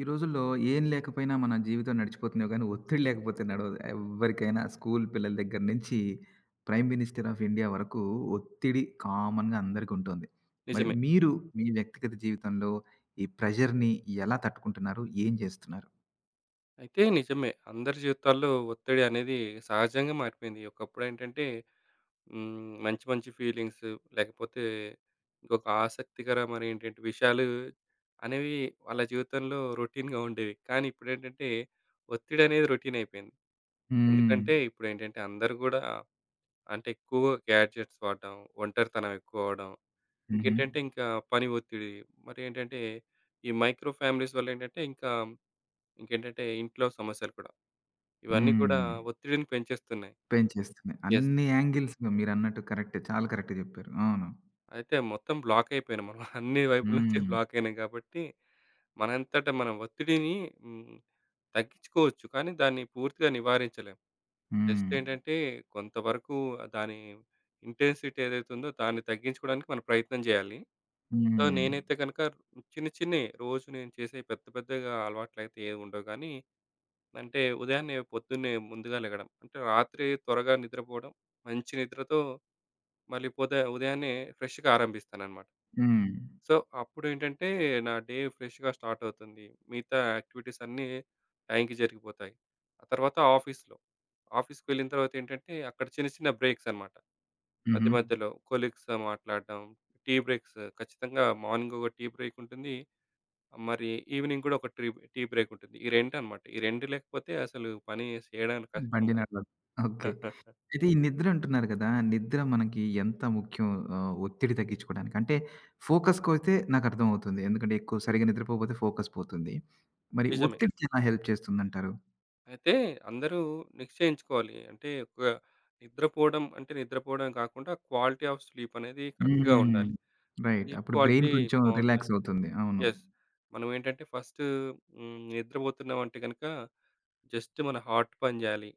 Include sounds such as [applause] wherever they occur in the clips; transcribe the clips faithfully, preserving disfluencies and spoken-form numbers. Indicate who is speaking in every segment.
Speaker 1: ఈ రోజుల్లో ఏం లేకపోయినా మన జీవితం నడిచిపోతుందో కానీ ఒత్తిడి లేకపోతే నడవదు. ఎవ్వరికైనా స్కూల్ పిల్లల దగ్గర నుంచి ప్రైమ్ మినిస్టర్ ఆఫ్ ఇండియా వరకు ఒత్తిడి కామన్‌గా అందరికి ఉంటుంది. మరి
Speaker 2: నిజమే.
Speaker 1: మీరు మీ వ్యక్తిగత జీవితంలో ఈ ప్రెషర్‌ని ఎలా తట్టుకుంటున్నారు? ఏం చేస్తున్నారు?
Speaker 2: అయితే నిజమే. అందరి జీవితాల్లో ఒత్తిడి అనేది సహజంగా మారిపోయింది. ఒకప్పుడేంటంటే హ్మ్. మంచి మంచి ఫీలింగ్స్ లేకపోతే ఇంకొక ఆసక్తికరమైనటువంటి విషయాలు అనేవి వాళ్ళ జీవితంలో రొటీన్‌గా ఉండేవి. కానీ ఇప్పుడేంటంటే ఒత్తిడి అనేది రొటీన్ అయిపోయింది.
Speaker 1: హ్మ్.
Speaker 2: ఎందుకంటే ఇప్పుడేంటంటే అందరూ గూడా అంటే ఎక్కువగా గ్యాడ్జెట్స్ వాడడం, ఒంటరితనం ఎక్కువ అవ్వడం,
Speaker 1: హుహు.
Speaker 2: ఇంకేంటంటే ఇంకా పని ఒత్తిడి, మరి ఏంటంటే ఈ మైక్రో ఫ్యామిలీస్ వల్లేంటంటే ఇంకా ఇంకేంటంటే ఇంట్లో సమస్యలు కూడా. ఇవన్నీ కూడా
Speaker 1: హ్మ్.
Speaker 2: ఒత్తిడిని పెంచేస్తున్నాయి.
Speaker 1: పెంచేస్తున్నాయి.
Speaker 2: యెస్.
Speaker 1: అన్ని యాంగిల్స్‌లో మీరన్నట్టు కరెక్టే. చాలా కరెక్ట్‌గా చెప్పారు. అవును.
Speaker 2: అయితే మొత్తం బ్లాక్ అయిపోయినాం మనం. [laughs] అన్ని వైపుల నుంచి
Speaker 1: హ్మ్.
Speaker 2: బ్లాక్ అయినాం కాబట్టి, మనంతట మనం ఒత్తిడిని హ్మ్, తగ్గించుకోవచ్చు. కానీ దాన్ని పూర్తిగా నివారించలేం. జస్ట్
Speaker 1: హ్మ్.
Speaker 2: ఏంటంటే కొంతవరకు దాని ఇంటెన్సిటీ ఏదైతే ఉందో దాన్ని తగ్గించుకోవడానికి మనం ప్రయత్నం చేయాలి. సో,
Speaker 1: హ్మ్.
Speaker 2: నేనైతే గనుక చిన్న చిన్నయి రోజు నేను చేసే పెద్ద పెద్దగా అలవాట్లయితే ఏవి ఉండవు గానీ, అంటే ఉదయాన్నే పొద్దున్నే ముందుగా లెగడం. అంటే రాత్రి త్వరగా నిద్రపోవడం, మంచి నిద్రతో మళ్ళీ పొద ఉదయాన్నే ఫ్రెష్‌గా ఆరంభిస్తాననమాట.
Speaker 1: హ్మ్.
Speaker 2: సో, అప్పుడేంటంటే నా డే ఫ్రెష్‌గా స్టార్ట్ అవుతుంది. మిగతా యాక్టివిటీస్ అన్నీ టైంకి జరిగిపోతాయి. ఆ తర్వాత ఆఫీస్‌లో, ఆఫీస్‌కెళ్ళిన తర్వాత ఏంటంటే అక్కడ చిన్న చిన్న బ్రేక్స్ అనమాట. మధ్య
Speaker 1: హుహు.
Speaker 2: మధ్యలో కొలీగ్స్‌తో మాట్లాడడం, టీ బ్రేక్స్ ఖచ్చితంగా మార్నింగ్ ఒక టీ బ్రేక్ ఉంటుంది. మరి ఈవినింగ్ కూడా ఒక ట్రీ టీ బ్రేక్ ఉంటుంది. ఈ రెండు అనమాట. ఈ రెండు లేకపోతే అసలు పని చేయడానికి కష్టం.
Speaker 1: బండి నడవదు. ఓకే.
Speaker 2: [laughs]
Speaker 1: అయితే ఈ నిద్ర అంటున్నారు కదా! నిద్ర మనకి ఎంత ముఖ్యం ఆహ్, ఒత్తిడి తగ్గించుకోవడానికి? అంటే ఫోకస్‌కైతే నాకర్థమవుతుంది. ఎందుకంటే ఎక్కువ సరిగ్గా నిద్రపోకపోతే ఫోకస్ పోతుంది. మరి
Speaker 2: నిజమే.
Speaker 1: ఒత్తిడికి ఎలా హెల్ప్ చేస్తుందంటారు?
Speaker 2: అయితే అందరూ నిశ్చయించుకోవాలి. అంటే ఒక నిద్రపోవడం అంటే నిద్రపోవడం కాకుండా క్వాలిటీ ఆఫ్ స్లీప్ అనేది కరెక్ట్‌గా
Speaker 1: హ్మ్.
Speaker 2: ఉండాలి.
Speaker 1: రైట్.
Speaker 2: స్లీప్
Speaker 1: అప్పుడు బ్రెయిన్
Speaker 2: క్వాలిటీ
Speaker 1: కొంచెం
Speaker 2: బావుండాలి.
Speaker 1: రిలాక్స్ అవుతుంది. అవును.
Speaker 2: యెస్. మనం ఏంటంటే ఫస్ట్ హ్మ్. నిద్రపోతున్నామంటే గనక జస్ట్ మన హార్ట్ పని జేయాలి.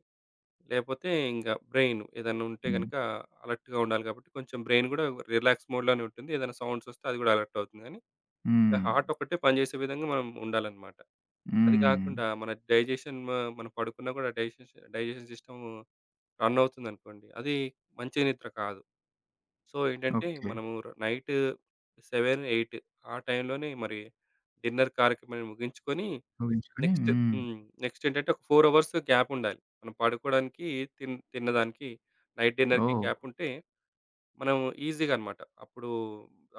Speaker 2: లేపోతే ఇంక బ్రెయిన్ ఏదన్నా ఉంటే
Speaker 1: హ్మ్.
Speaker 2: గనక అలర్ట్‌గా ఉండాలి కాబట్టి కొంచెం బ్రెయిన్ గూడా రిలాక్స్ మోడ్‌లోనే ఉంటుంది. ఏదైనా సౌండ్స్ వస్తే అది గూడా అలర్ట్ అవుతుంది గానీ, ఇక
Speaker 1: హ్మ్.
Speaker 2: హార్ట్ ఒక్కటే పనిజేసే విధంగా మనం ఉండాలనమాట. అది
Speaker 1: హ్మ్.
Speaker 2: గాకుండా మన డైజెషన్ మ మనం పడుకున్నా గూడా డైజెష డైజెషన్ సిస్టమ్ రన్ అవుతుందనుకోండి. అది మంచి నిద్ర కాదు. సో, ఏంటంటే
Speaker 1: ఓకే.
Speaker 2: మనము ర నైట్ ఏడు, ఎనిమిది ఆ టైంలోనే మరి డిన్నర్ కార్యక్రమాన్ని ముగించుకొని
Speaker 1: ఊహించుకొని
Speaker 2: నెక్స్ట్
Speaker 1: హ్మ్.
Speaker 2: హ్మ్. నెక్స్ట్ ఏంటంటే ఒక నాలుగు అవర్స్ గ్యాప్ ఉండాలి. మనం పడుకోవడానికి, తిన్ తిన్నదానికి నైట్ డిన్నర్‌కి
Speaker 1: ఓహ్!
Speaker 2: గ్యాప్ ఉంటే మనం ఈజీగా అన్నమాట. అప్పుడు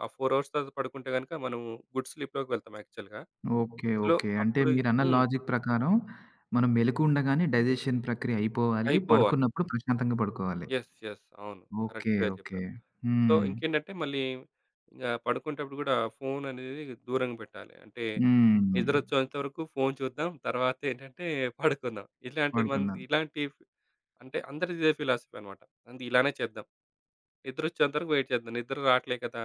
Speaker 2: ఆ నాలుగు అవర్స్ తర్వాత పడుకుంటే గనుక మనం గుడ్ స్లీప్‌లోకి వెళ్తాం యాక్చువల్‌గా.
Speaker 1: ఓకే.
Speaker 2: So,
Speaker 1: okay. అంటే
Speaker 2: అప్పుడు
Speaker 1: మీరన్న
Speaker 2: హ్మ్.
Speaker 1: లాజిక్ ప్రకారం మనం మెలుకువ ఉండగానే డైజెషన్ ప్రక్రియ అయిపోవాలి.
Speaker 2: అయిపోవాలి.
Speaker 1: పడుకున్నప్పుడు ప్రశాంతంగా పడుకోవాలి.
Speaker 2: యెస్. యెస్. అవును.
Speaker 1: ఓకే.
Speaker 2: కరెక్ట్‌గా
Speaker 1: ఓకే.
Speaker 2: చెప్పారు. సో,
Speaker 1: హ్మ్.
Speaker 2: ఇంకేంటంటే మళ్ళీ ఇంగా పడుకునేటప్పుడు గూడా ఫోన్ అనేది దూరంగా పెట్టాలి. అంటే
Speaker 1: హ్మ్.
Speaker 2: నిద్రొచ్చేంత వరకు ఫోన్ చూద్దాం. తర్వాత ఏంటంటే పడుకుందాం. ఇలాంటి మంది
Speaker 1: వాడుకున్నాను.
Speaker 2: ఇలాంటి అంటే అందరిది ఇదే ఫిలాసఫీ అనమాట. అంతే ఇలానే చేద్దాం. నిద్రొచ్చేంత వరకు వెయిట్ చేద్దాం. నిద్ర రావట్లే కదా!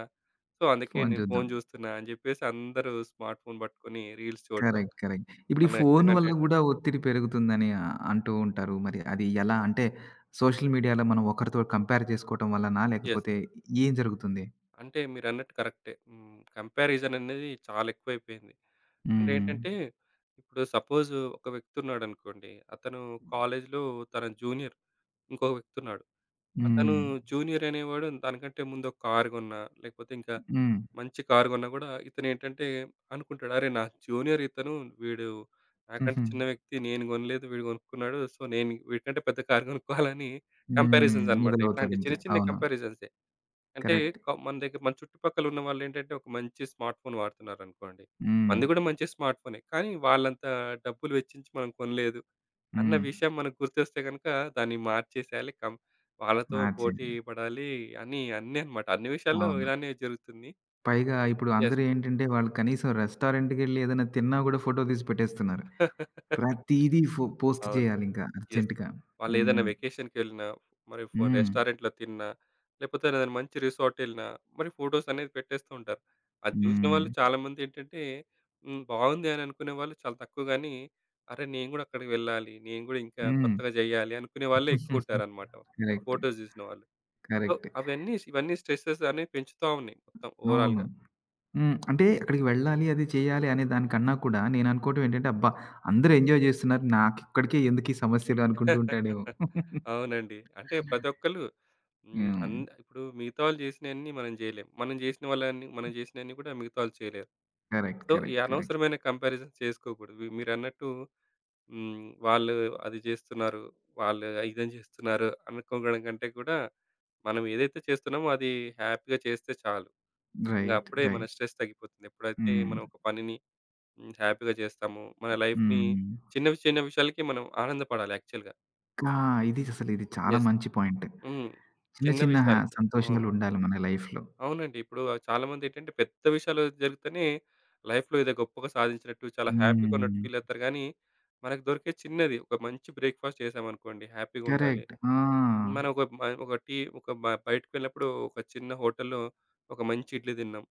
Speaker 2: సో, అందుకే
Speaker 1: ఫోను
Speaker 2: నేను
Speaker 1: చూద్దాం.
Speaker 2: ఫోను చూస్తున్నా అని చెప్పేసి అందరూ స్మార్ట్ ఫోన్ పట్టుకొని రీల్స్ చూడటం.
Speaker 1: కరెక్ట్. కరెక్ట్. ఇప్పుడు ఈ
Speaker 2: మనకు నచ్చిన
Speaker 1: ఫోను వల్ల
Speaker 2: కంటెంట్.
Speaker 1: గూడా ఒత్తిడి పెరుగుతుందని ఆహ్, అంటూ ఉంటారు. మరి అది ఎలా? అంటే సోషల్ మీడియాలో మనం ఒకరితో కంపేర్ చేసుకోవటం వల్లనా?
Speaker 2: యెస్.
Speaker 1: లేకపోతే ఏం జరుగుతుంది?
Speaker 2: అంటే మీరన్నట్టు కరెక్టే. హ్మ్. కంపారిజన్ అనేది చాలా ఎక్కువైపోయింది. అంటే
Speaker 1: హ్మ్.
Speaker 2: ఏంటంటే, ఇప్పుడు సపోజ్ ఒక వ్యక్తి ఉన్నాడనుకోండి. అతను కాలేజీలో తన జూనియర్ ఇంకో వ్యక్తి ఉన్నాడు. అతను
Speaker 1: హ్మ్.
Speaker 2: జూనియర్ అనేవాడు దానికంటే ముందు ఒక కారు కొన్నా, లేకపోతే ఇంకా
Speaker 1: హ్మ్.
Speaker 2: మంచి కారు కొన్నా గూడా ఇతనేంటంటే అనుకుంటాడు. అరే! నా జూనియర్ ఇతను, వీడు నాకంటే
Speaker 1: హుహు.
Speaker 2: చిన్న వ్యక్తి. నేను కొనలేదు వీడు కొనుక్కున్నాడు. సో, నేను వీడికంటే పెద్ద కారు కొనుక్కోవాలని
Speaker 1: హ్మ్.
Speaker 2: కంపారిజన్స్ అన్నమాట.
Speaker 1: మొదలవుతది
Speaker 2: ఇట్లాంటి చిన్న
Speaker 1: ఇంకా.
Speaker 2: చిన్న
Speaker 1: అవును.
Speaker 2: కంపారిజన్సే. అంటే
Speaker 1: కరెక్ట్.
Speaker 2: క మన దగ్గర మన చుట్టుపక్కల ఉన్న వాళ్ళేంటంటే ఒక మంచి స్మార్ట్ ఫోన్ వాడుతున్నారనుకోండి.
Speaker 1: హ్మ్.
Speaker 2: మనది గూడా మంచి స్మార్ట్ ఫోనే. కానీ వాళ్ళంత డబ్బులు వెచ్చించి మనం కొనలేదు అన్న
Speaker 1: హ్మ్.
Speaker 2: విషయం మనకు గుర్తొస్తే గనుక దాన్ని మార్చేసేయాలి. కం వాళ్ళతో పోటీ
Speaker 1: మార్చేది.
Speaker 2: పడాలి అని అన్నీ అన్నమాట. అన్ని విషయాల్లో
Speaker 1: అవును.
Speaker 2: ఇలానే జరుగుతుంది.
Speaker 1: పైగా ఇప్పుడు
Speaker 2: యెస్.
Speaker 1: అందరూ ఏంటంటే, వాళ్ళు కనీసం రెస్టారెంట్‌కెళ్ళి ఏదైనా తిన్నా గూడా ఫోటో తీసి పెట్టేస్తున్నారు. ప్రతీదీ ఫో పోస్ట్
Speaker 2: అవును.
Speaker 1: చేయాలింక
Speaker 2: యెస్.
Speaker 1: అర్జెంట్‌గా.
Speaker 2: వాళ్ళేదైనా
Speaker 1: హ్మ్.
Speaker 2: వెకేషన్‌కెళ్ళినా, మరి ఫో
Speaker 1: హ్మ్.
Speaker 2: రెస్టారెంట్‌లో తిన్నా, లేకపోతే ఏదైనా మంచి రిసార్టెళ్ళినా, మరి ఫోటోస్ అనేది పెట్టేస్తూ ఉంటారు. అది చూసిన
Speaker 1: హ్మ్.
Speaker 2: వాళ్ళు చాలామందేంటంటే, హ్మ్. బాగుంది అని అనుకునే వాళ్ళు చాలా తక్కువ గానీ, అరే! నేను గూడా అక్కడికి వెళ్ళాలి. నేను గూడా ఇంకా
Speaker 1: హ్మ్.
Speaker 2: కొత్తగా జేయాలి అనుకునే వాళ్ళే ఎక్కువుంటారనమాట.
Speaker 1: కరెక్ట్.
Speaker 2: ఫోటోస్ జూసిన వాళ్ళు. So,
Speaker 1: correct.
Speaker 2: అవన్నీ ఇవన్నీ స్ట్రెసెస్ అనేవి పెంచుతా ఉన్నాయి మొత్తం
Speaker 1: అవును.
Speaker 2: ఓవరాల్‌గా.
Speaker 1: హ్మ్. అంటే అక్కడికి వెళ్ళాలి, అది చేయాలి అనే దానికన్నా కూడా నేననుకోవటం ఏంటంటే, అబ్బా! అందరూ ఎంజాయ్ చేస్తున్నారు. నాకిక్కడికే ఎందుకీ సమస్యలు అనుకుంటూ ఉంటాడేమో.
Speaker 2: అవునండి. అంటే ప్రతి ఒక్కళ్ళు హ్మ్.
Speaker 1: హ్మ్.
Speaker 2: అన్ ఇప్పుడు మిగతా వాళ్ళు చేసినయన్నీ మనం చేయలేం. మనం చేసిన వాళ్ళని మనం చేసినయన్నీ కూడా మిగతా వాళ్ళు చేయలేరు.
Speaker 1: కరెక్ట్.
Speaker 2: సో, ఈ
Speaker 1: కరెక్ట్. కరెక్ట్.
Speaker 2: అనవసరమైన కంపారిజన్స్ చేసుకోకూడదు. వి మీరన్నట్టు హ్మ్. వాళ్ళు అది చేస్తున్నారు. వాళ్ళు ఇదని చేస్తున్నారు అనుకోవడం కంటే కూడా మనం ఏదైతే చేస్తున్నామో అది హ్యాపీగా చేస్తే చాలు. ఇంగ
Speaker 1: రైట్.
Speaker 2: అప్పుడే మన
Speaker 1: రైట్.
Speaker 2: స్ట్రెస్ తగ్గిపోతుంది. ఎప్పుడైతే
Speaker 1: హ్మ్.
Speaker 2: మనం ఒక పనిని హ్మ్. హ్యాపీగా చేస్తామో, మన లైఫ్‌ని
Speaker 1: హ్మ్.
Speaker 2: చిన్న చిన్న విషయాలకి మనం ఆనందపడాలి యాక్చువల్‌గా.
Speaker 1: ఆ! ఇది అసలు ఇది చాలా
Speaker 2: యెస్.
Speaker 1: మంచి పాయింట్.
Speaker 2: హ్మ్.
Speaker 1: చిన్న
Speaker 2: చిన్న
Speaker 1: చిన్న హ్యా
Speaker 2: విషయాలకే. అవును.
Speaker 1: సంతోషాలుండాలి మన లైఫ్‌లో.
Speaker 2: అవునండి. ఇప్పుడు చాలామందేంటంటే పెద్ద విషయాలు జరిగితేనే లైఫ్‌లో ఏదో గొప్పగా సాధించినట్టు చాలా హ్యాపీగా ఉన్నట్టు
Speaker 1: హ్మ్.
Speaker 2: ఫీల్ అవుతారు గానీ, మనకు దొరికే చిన్నది ఒక మంచి బ్రేక్‌ఫాస్ట్ చేశామనుకోండి హ్యాపీగుండాలి.
Speaker 1: కరెక్ట్. ఆ!
Speaker 2: మనం ఒక మ ఒక టీ ఒక బ బయటకి వెళ్ళినప్పుడు ఒక చిన్న హోటల్‌లో ఒక మంచి ఇడ్లీ తిన్నాం.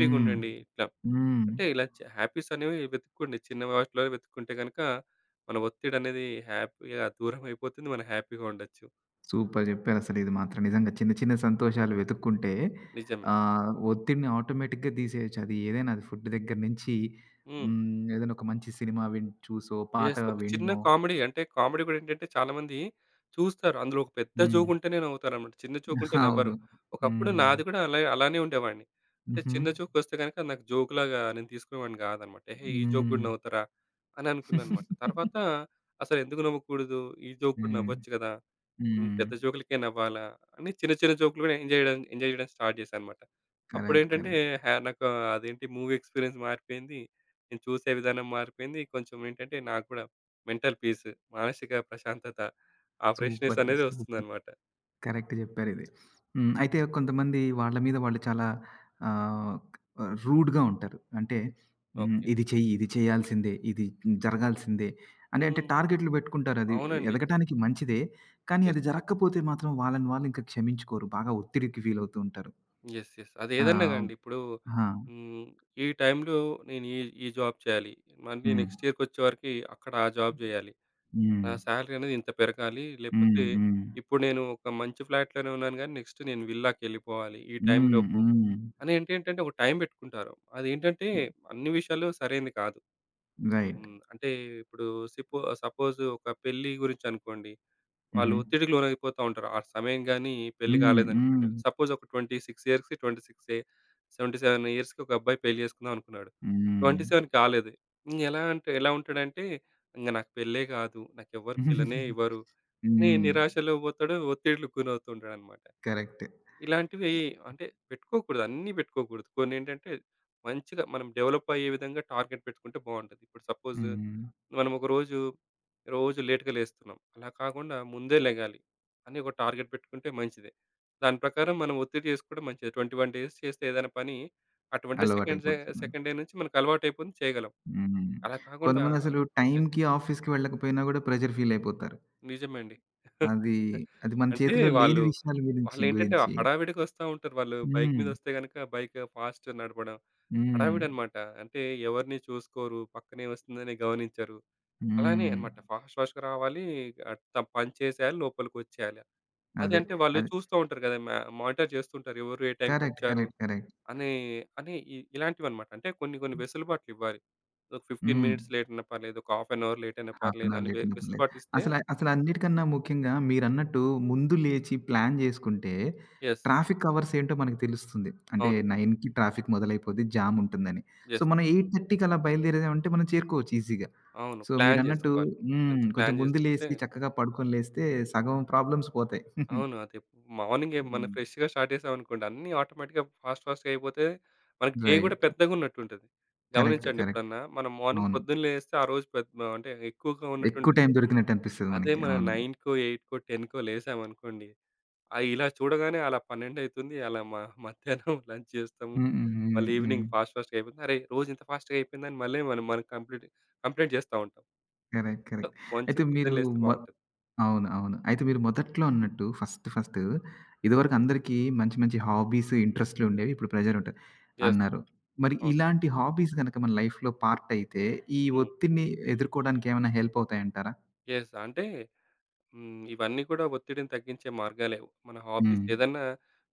Speaker 1: హ్మ్.
Speaker 2: ఇట్లా.
Speaker 1: హ్మ్.
Speaker 2: అంటే ఇలా చ హ్యాపీస్ అనేవి వెతుక్కోండి. చిన్న వాటిలో వెతుక్కుంటే గనుక మన ఒత్తిడనేది హ్యాపీగా దూరమైపోతుంది. మనం హ్యాపీగా ఉండొచ్చు.
Speaker 1: సూపర్ జెప్పారసలు. ఇది మాత్రం నిజంగా చిన్న చిన్న సంతోషాలు వెతుక్కుంటే
Speaker 2: నిజమే.
Speaker 1: ఆహ్, ఒత్తిడిని ఆటోమేటిక్‌గా తీసేయొచ్చు. అది ఏదైనా అది ఫుడ్ దగ్గర నుంచి
Speaker 2: హ్మ్.
Speaker 1: హ్మ్. ఏదైనా ఒక మంచి సినిమా విన్ చూసో, పాట
Speaker 2: యెస్. ఒక చిన్న
Speaker 1: విన్నో
Speaker 2: కామెడీ. అంటే కామెడీ గూడా ఏంటంటే చాలామంది చూస్తారు. అందులో ఒక పెద్ద
Speaker 1: హ్మ్.
Speaker 2: జోకుంటేనే నవ్వుతారనమాట. చిన్న జోకుంటే నవ్వరు.
Speaker 1: అవును.
Speaker 2: ఒకప్పుడు
Speaker 1: హ్మ్.
Speaker 2: నాది గూడా అలా అలానే ఉండేవాడిని. అంటే
Speaker 1: హుహు.
Speaker 2: చిన్న జోకొస్తే గనక నాకు జోక్‌లాగా నేను తీసుకునేవాడిని గాదనమాట. ఏహే! ఈ జోక్
Speaker 1: హ్మ్.
Speaker 2: గూడా నవ్వుతారా? అని అనుకున్నాననమాట.
Speaker 1: [laughs]
Speaker 2: తర్వాత అసలెందుకు నవ్వకూడదు? ఈ జోక్ కూడా
Speaker 1: హ్మ్.
Speaker 2: నవ్వొచ్చు గదా! హ్మ్.
Speaker 1: హ్మ్.
Speaker 2: పెద్ద జోకులకే నవ్వాలా అని చిన్న, చిన్న జోకులు కూడా ఎంజాయ్ చేయడం ఎంజాయ్ చేయడం స్టార్ట్ చేశానన్నమాట.
Speaker 1: కరెక్ట్.
Speaker 2: అప్పుడేంటంటే
Speaker 1: కరెక్ట్.
Speaker 2: హ్యా నాకు అదేంటి మూవీ ఎక్స్‌పీరియన్స్ మారిపోయింది. నేను చూసే విధానం మారిపోయింది. కొంచెం ఏంటంటే నాకు కూడా మెంటల్ పీస్, మానసిక ప్రశాంతత, ఆ ఫ్రెష్‌నెస్
Speaker 1: సూపర్.
Speaker 2: అనేది
Speaker 1: సూపర్.
Speaker 2: వస్తుందన్నమాట.
Speaker 1: కరెక్ట్ జెప్పారిది. హ్మ్. అయితే కొంతమంది వాళ్ళ మీద వాళ్ళు చాలా ఆహ్, రూడ్‌గా ఉంటారు. అంటే హ్మ్.
Speaker 2: ఓకే.
Speaker 1: ఇది చెయ్యి, ఇది చేయాల్సిందే, ఇది జరగాల్సిందే అని అంటే
Speaker 2: హ్మ్.
Speaker 1: టార్గెట్లు బెట్టుకుంటారు. అది
Speaker 2: అవునండి.
Speaker 1: ఎదగటానికి మంచిదే. కానీ అది
Speaker 2: యెస్.
Speaker 1: జరగకపోతే మాత్రం వాళ్ళని వాళ్ళు ఇంకా క్షమించుకోరు. బాగా ఒత్తిడికి ఫీల్ అవుతూ ఉంటారు.
Speaker 2: యెస్. యెస్. అదేదన్నా
Speaker 1: ఆ!
Speaker 2: గాండి ఇప్పుడు
Speaker 1: ఆ!
Speaker 2: హ్మ్. ఈ టైంలో నేను ఈ, ఈ జాబ్ చేయాలి. మళ్ళీ
Speaker 1: హ్మ్.
Speaker 2: నెక్స్ట్ ఇయర్‌కొచ్చేవరకి అక్కడ ఆ జాబ్ చేయాలి.
Speaker 1: హ్మ్.
Speaker 2: నా సాలరీ అనేది ఇంత పెరగాలి. లేపోతే
Speaker 1: హ్మ్.
Speaker 2: ఇప్పుడు నేను ఒక మంచి ఫ్లాట్‌లోనే ఉన్నాను గానీ, నెక్స్ట్ నేను విల్లాకెళ్ళిపోవాలి ఈ
Speaker 1: హ్మ్.
Speaker 2: టైంలోపు
Speaker 1: హ్మ్.
Speaker 2: అని అంటే ఏంటంటే, ఒక టైం పెట్టుకుంటారు. అదేంటంటే
Speaker 1: హ్మ్.
Speaker 2: అన్ని విషయాలు సరైనది కాదు.
Speaker 1: రైట్.
Speaker 2: హ్మ్. అంటే ఇప్పుడు సిపో సపోజ్ ఒక పెళ్లి గురించనుకోండి. వాళ్ళు
Speaker 1: హుహు.
Speaker 2: ఒత్తిడికి లోనైపోతా ఉంటారు. ఆ సమయం గాని పెళ్లి
Speaker 1: హ్మ్.
Speaker 2: కాలేదనుకోండి.
Speaker 1: హ్మ్.
Speaker 2: సపోజ్ ఒక ఇరవై ఆరు ఇయర్స్‌కి ఇరవై ఆరు డెబ్భై ఏడు ఇయర్స్‌కి ఒక అబ్బాయి పెళ్లి చేసుకుందాం అనుకున్నాడు.
Speaker 1: హ్మ్.
Speaker 2: ఇరవై ఏడు కాలేదు. ఇంగ ఎలా అంటే ఎలా ఉంటాడంటే, ఇంగ నాకు పెళ్ళే కాదు. నాకెవ్వరు పిల్లనే ఇవ్వరు. అని
Speaker 1: హ్మ్. [laughs]
Speaker 2: నిరాశలో పోతాడు. ఒత్తిడిలకు గురవుతూ ఉంటాడనమాట.
Speaker 1: కరెక్ట్.
Speaker 2: ఇలాంటివి అంటే పెట్టుకోకూడదు. అన్నీ పెట్టుకోకూడదు. కొన్నేంటంటే మంచిగా మనం డెవలప్ అయ్యే విధంగా టార్గెట్ పెట్టుకుంటే బావుంటది. ఇప్పుడు సపోజ్
Speaker 1: హ్మ్.
Speaker 2: మనం ఒక రోజు, రోజు లేట్‌గా లేస్తున్నాం. అలా కాకుండా ముందే లెగాలి అని ఒక టార్గెట్ పెట్టుకుంటే మంచిదే. దాని ప్రకారం మనం ఒత్తిడి చేసుకోవడం మంచిది. ఇరవై ఒకటి డేస్ చేస్తే ఏదైనా పని ఆ ఇరవై సెకండ్స్ డే
Speaker 1: అలవాటైపోతుంది.
Speaker 2: సెకండ్ డే నుంచి మనకు అలవాటైపోతుంది చేయగలం.
Speaker 1: హ్మ్.
Speaker 2: అలా కాకుండా
Speaker 1: కొంతమందసలు
Speaker 2: ఎస్.
Speaker 1: టైమ్‌కి ఆఫీస్‌కి వెళ్ళకపోయినా గూడా ప్రెషర్ ఫీలయిపోతారు.
Speaker 2: నిజమే అండి.
Speaker 1: అది,
Speaker 2: [laughs]
Speaker 1: అది మన
Speaker 2: అంటే
Speaker 1: చేతిలో లేని
Speaker 2: వాళ్ళు
Speaker 1: విషయాల గురించి
Speaker 2: వాళ్ళేంటంటే
Speaker 1: గురించి.
Speaker 2: హడావిడిగా వస్తా ఉంటారు. వాళ్ళు బైక్
Speaker 1: హ్మ్.
Speaker 2: మీద వస్తే గనుక బైక్ ఫాస్ట్ నడపడం.
Speaker 1: హ్మ్.
Speaker 2: హడావిడన్నమాట. అంటే ఎవరిని చూసుకోరు. పక్కనే వస్తుందని గమనించరు. అలానే
Speaker 1: హ్మ్.
Speaker 2: అన్నమాట. ఫాస్ట్ ఫాస్ట్‌గా రావాలి. ఆహ్, త పంచేసేయాలి, లోపలికొచ్చేయాలి. అది
Speaker 1: అదే.
Speaker 2: అంటే వాళ్ళు
Speaker 1: అది
Speaker 2: చూస్తూ ఉంటారు కదా! మ మానిటర్ చేస్తుంటారు. ఎవరు ఏ
Speaker 1: కరెక్ట్.
Speaker 2: టైంకొచ్చారు
Speaker 1: కరెక్ట్. కరెక్ట్.
Speaker 2: అనే అని ఇ ఇలాంటివన్నమాట. అంటే కొన్ని కొన్ని వెసులుబాట్లు ఇవ్వాలి. ఒక పదిహేను
Speaker 1: హ్మ్.
Speaker 2: మినిట్స్ లేట్ అయినా పర్లేదు. ఒక హాఫ్ అన్ అవర్ లేట్ అయినా
Speaker 1: హాఫ్ అన్
Speaker 2: పర్లేదు
Speaker 1: అవర్
Speaker 2: అని వె
Speaker 1: లేటున్నా పర్లేదు.
Speaker 2: వెసులుబాటు ఇస్తే
Speaker 1: అసల అసలన్నిటికన్నా ముఖ్యంగా మీరన్నట్టు ముందు లేచి ప్లాన్ జేసుకుంటే
Speaker 2: యెస్.
Speaker 1: ట్రాఫిక్ అవర్స్ ఏంటో మనకు తెలుస్తుంది. అంటే
Speaker 2: అవును.
Speaker 1: తొమ్మిదికి ట్రాఫిక్ మొదలైపోద్ది, జాముంటుందని. So,
Speaker 2: yes.
Speaker 1: మనం 8:30కి అలా బయలుదేరామంటే మనం చేరుకోవచ్చు ఈజీగా.
Speaker 2: అవును.
Speaker 1: సో,
Speaker 2: ప్లాన్
Speaker 1: మీరన్నట్టు
Speaker 2: చేసుకోవాలి.
Speaker 1: హ్మ్.
Speaker 2: మంచి
Speaker 1: కొంచెం
Speaker 2: ప్లాన్
Speaker 1: ముందు
Speaker 2: చేసుకుంటే
Speaker 1: లేసి చక్కగా పడుకొని లేస్తే సగం ప్రాబ్లమ్స్ పోతాయి.
Speaker 2: అవును. అదే మార్నింగే మనం
Speaker 1: హ్మ్.
Speaker 2: ఫ్రెష్‌గా స్టార్ట్ చేసామనుకోండి అన్నీ ఆటోమేటిక్‌గా ఫాస్ట్, ఫాస్ట్‌గా అయిపోతే మనకి డే గూడా
Speaker 1: రైట్.
Speaker 2: పెద్దగున్నట్టుంటది.
Speaker 1: కరెక్ట్.
Speaker 2: గమనించండి
Speaker 1: కరెక్ట్.
Speaker 2: ఎప్పుడన్నా మనం మార్నింగ్
Speaker 1: అవును.
Speaker 2: పొద్దున్న లేస్తే ఆ రోజు పెద్ మ అంటే ఎక్కువగా
Speaker 1: ఎక్కువ
Speaker 2: ఉన్నట్టుంటది.
Speaker 1: టైం దొరికినట్టు అనిపిస్తది
Speaker 2: అదే
Speaker 1: మనకి.
Speaker 2: మనం
Speaker 1: అవును.
Speaker 2: 9కో, 8కో, 10కో లేసామనుకోండి ఆహ్, ఇలా చూడగానే అలా పన్నెండు అయితుంది. అలా మ మధ్యాహ్నం [laughs] లంచ్ చేస్తాము.
Speaker 1: హ్మ్. హ్మ్. హ్మ్.
Speaker 2: మళ్ళీ
Speaker 1: హ్మ్.
Speaker 2: ఈవినింగ్ ఫాస్ట్, ఫాస్ట్‌గా అయిపోతుంది. అరే! రోజు ఇంత ఫాస్ట్‌గా అయిపోయిందని మళ్ళీ మనం మనం కంప్లీట్ కంప్లెయింట్ చేస్తా ఉంటాం.
Speaker 1: కరెక్ట్.
Speaker 2: So,
Speaker 1: correct.
Speaker 2: మంచి
Speaker 1: అయితే మీరు
Speaker 2: పొద్దున్న లేస్తే
Speaker 1: మొ
Speaker 2: బావుంటది.
Speaker 1: అవును. అవును. అయితే మీరు మొదట్లో అన్నట్టు ఫస్ట్ ఫస్ట్ ఇదివరకు అందరికీ మంచి మంచి హాబీస్, ఇంట్రెస్ట్‌లు ఉండేవి. ఇప్పుడు ప్రెషర్ ఉంటది
Speaker 2: యెస్.
Speaker 1: అన్నారు. మరి
Speaker 2: అవును.
Speaker 1: ఇలాంటి హాబీస్ గనక మన లైఫ్‌లో పార్ట్ అయితే, ఈ
Speaker 2: హ్మ్.
Speaker 1: ఒత్తిడిని ఎదుర్కోవడానికి ఏమైనా హెల్ప్ అవుతాయంటారా?
Speaker 2: యెస్. అంటే హ్మ్. ఇవన్నీ కూడా ఒత్తిడిని తగ్గించే మార్గాలే. మన హాబీస్
Speaker 1: హ్మ్.
Speaker 2: ఏదన్నా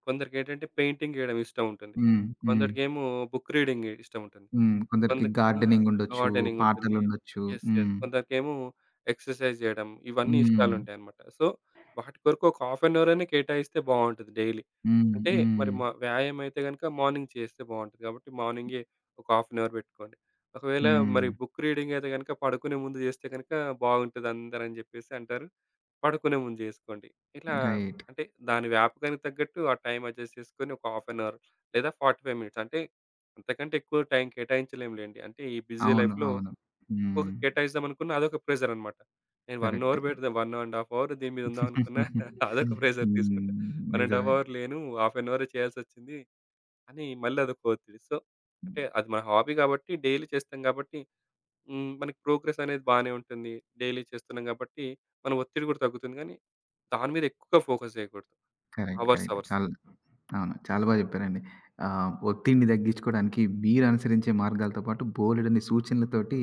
Speaker 2: కొందరికేంటంటే పెయింటింగ్ ఏయడం ఇష్టం ఉంటుంది.
Speaker 1: హ్మ్. హ్మ్.
Speaker 2: కొందరికేమో బుక్ రీడింగ్ ఇష్టం ఉంటుంది.
Speaker 1: హ్మ్. కొందరికి
Speaker 2: కొందరికి ఆ!
Speaker 1: గార్డెనింగ్ ఉండొచ్చు.
Speaker 2: గార్డెనింగ్ ఉంటుంది.
Speaker 1: పాటలుండొచ్చు.
Speaker 2: యెస్. యెస్.
Speaker 1: హ్మ్.
Speaker 2: కొందరికేమో ఎక్సర్‌సైజ్ జేయడం ఇవన్నీ
Speaker 1: హ్మ్.
Speaker 2: ఇష్టాలుంటాయన్నమాట. సో, వాటి కొరకు ఒక హాఫ్ అన్ అవర్ అనే కేటాయిస్తే బావుంటది డైలీ.
Speaker 1: హ్మ్.
Speaker 2: అంటే మరి
Speaker 1: హ్మ్.
Speaker 2: మ వ్యాయామం అయితే గనుక మార్నింగ్ చేస్తే బావుంటది కాబట్టి మార్నింగే ఒక హాఫ్ అన్ అవర్ పెట్టుకోండి. ఒకవేళ మరి
Speaker 1: హ్మ్.
Speaker 2: బుక్ రీడింగ్ అయితే గనుక పడుకునే ముందు జేస్తే గనుక బావుంటది అందరని జెప్పేసి అంటారు. పడుకునే ముందు జేసుకోండి. ఇట్లా
Speaker 1: రైట్.
Speaker 2: అంటే దాని వ్యాపకానికి తగ్గట్టు ఆ టైం అడ్జస్ట్ చేసుకొని ఒక హాఫ్ అన్ అవర్ లేదా నలభై ఐదు మినిట్స్ అంటే అంతకంటే ఎక్కువ టైం కేటాయించలేం లెండి. అంటే ఈ బిజీ
Speaker 1: అవును.
Speaker 2: లైఫ్‌లో
Speaker 1: అవును.
Speaker 2: ఎక్కువగా
Speaker 1: హ్మ్.
Speaker 2: కేటాయిద్దాం అనుకున్న అదొక ప్రెషర్ అన్నమాట. నేను ఒక
Speaker 1: కరెక్టే.
Speaker 2: అవర్ పెడితే ఒకటిన్నర ½ అవర్ దీని మీద ఉందాం అనుకున్నా [laughs] అదొక ప్రెషర్
Speaker 1: హ్మ్.
Speaker 2: తీసుకుంటా. ఒకటిన్నర ½
Speaker 1: నిజమే.
Speaker 2: అవర్ లేను, హాఫ్ అన్ అవరే చేయాల్సొచ్చింది అని మళ్ళీ అదొక ఒత్తిడి. సో, అంటే అది మన హాబీ కాబట్టి డైలీ చేస్తాం కాబట్టి హ్మ్. మనకి ప్రోగ్రెస్ అనేది బానే ఉంటుంది. డైలీ చేస్తున్నాం గాబట్టి, మన ఒత్తిడి గూడా తగ్గుతుంది గానీ, దాని మీద ఎక్కువగా ఫోకస్ జేయకూడదు.
Speaker 1: కరెక్ట్.
Speaker 2: Hours,
Speaker 1: correct.
Speaker 2: అవర్స్.
Speaker 1: చాలా అవును. చాలా బా జెప్పారండి. ఆహ్, ఒత్తిడిని తగ్గించుకోవడానికి మీరు అనుసరించే మార్గాలతో పాటు బోలెడన్ని సూచనలతోటి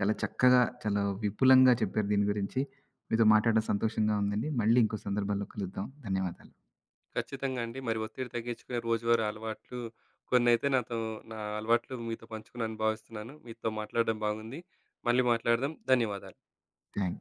Speaker 1: చాలా చక్కగా, చాలా విపులంగా చెప్పారు దీని గురించి. మీతో మాట్లాడడం సంతోషంగా ఉందండి. మళ్ళీ ఇంకో సందర్భంలో కలుద్దాం. ధన్యవాదాలు.
Speaker 2: ఖచ్చితంగా అండి. మరి ఒత్తిడి తగ్గించుకునే రోజువారీ అలవాట్లు కొన్నైతే నాతో నా అలవాట్లు మీతో పంచుకున్నానని భావిస్తున్నాను. మీతో మాట్లాడడం బాగుంది. మళ్ళీ మాట్లాడదాం. ధన్యవాదాలు.
Speaker 1: Thank you.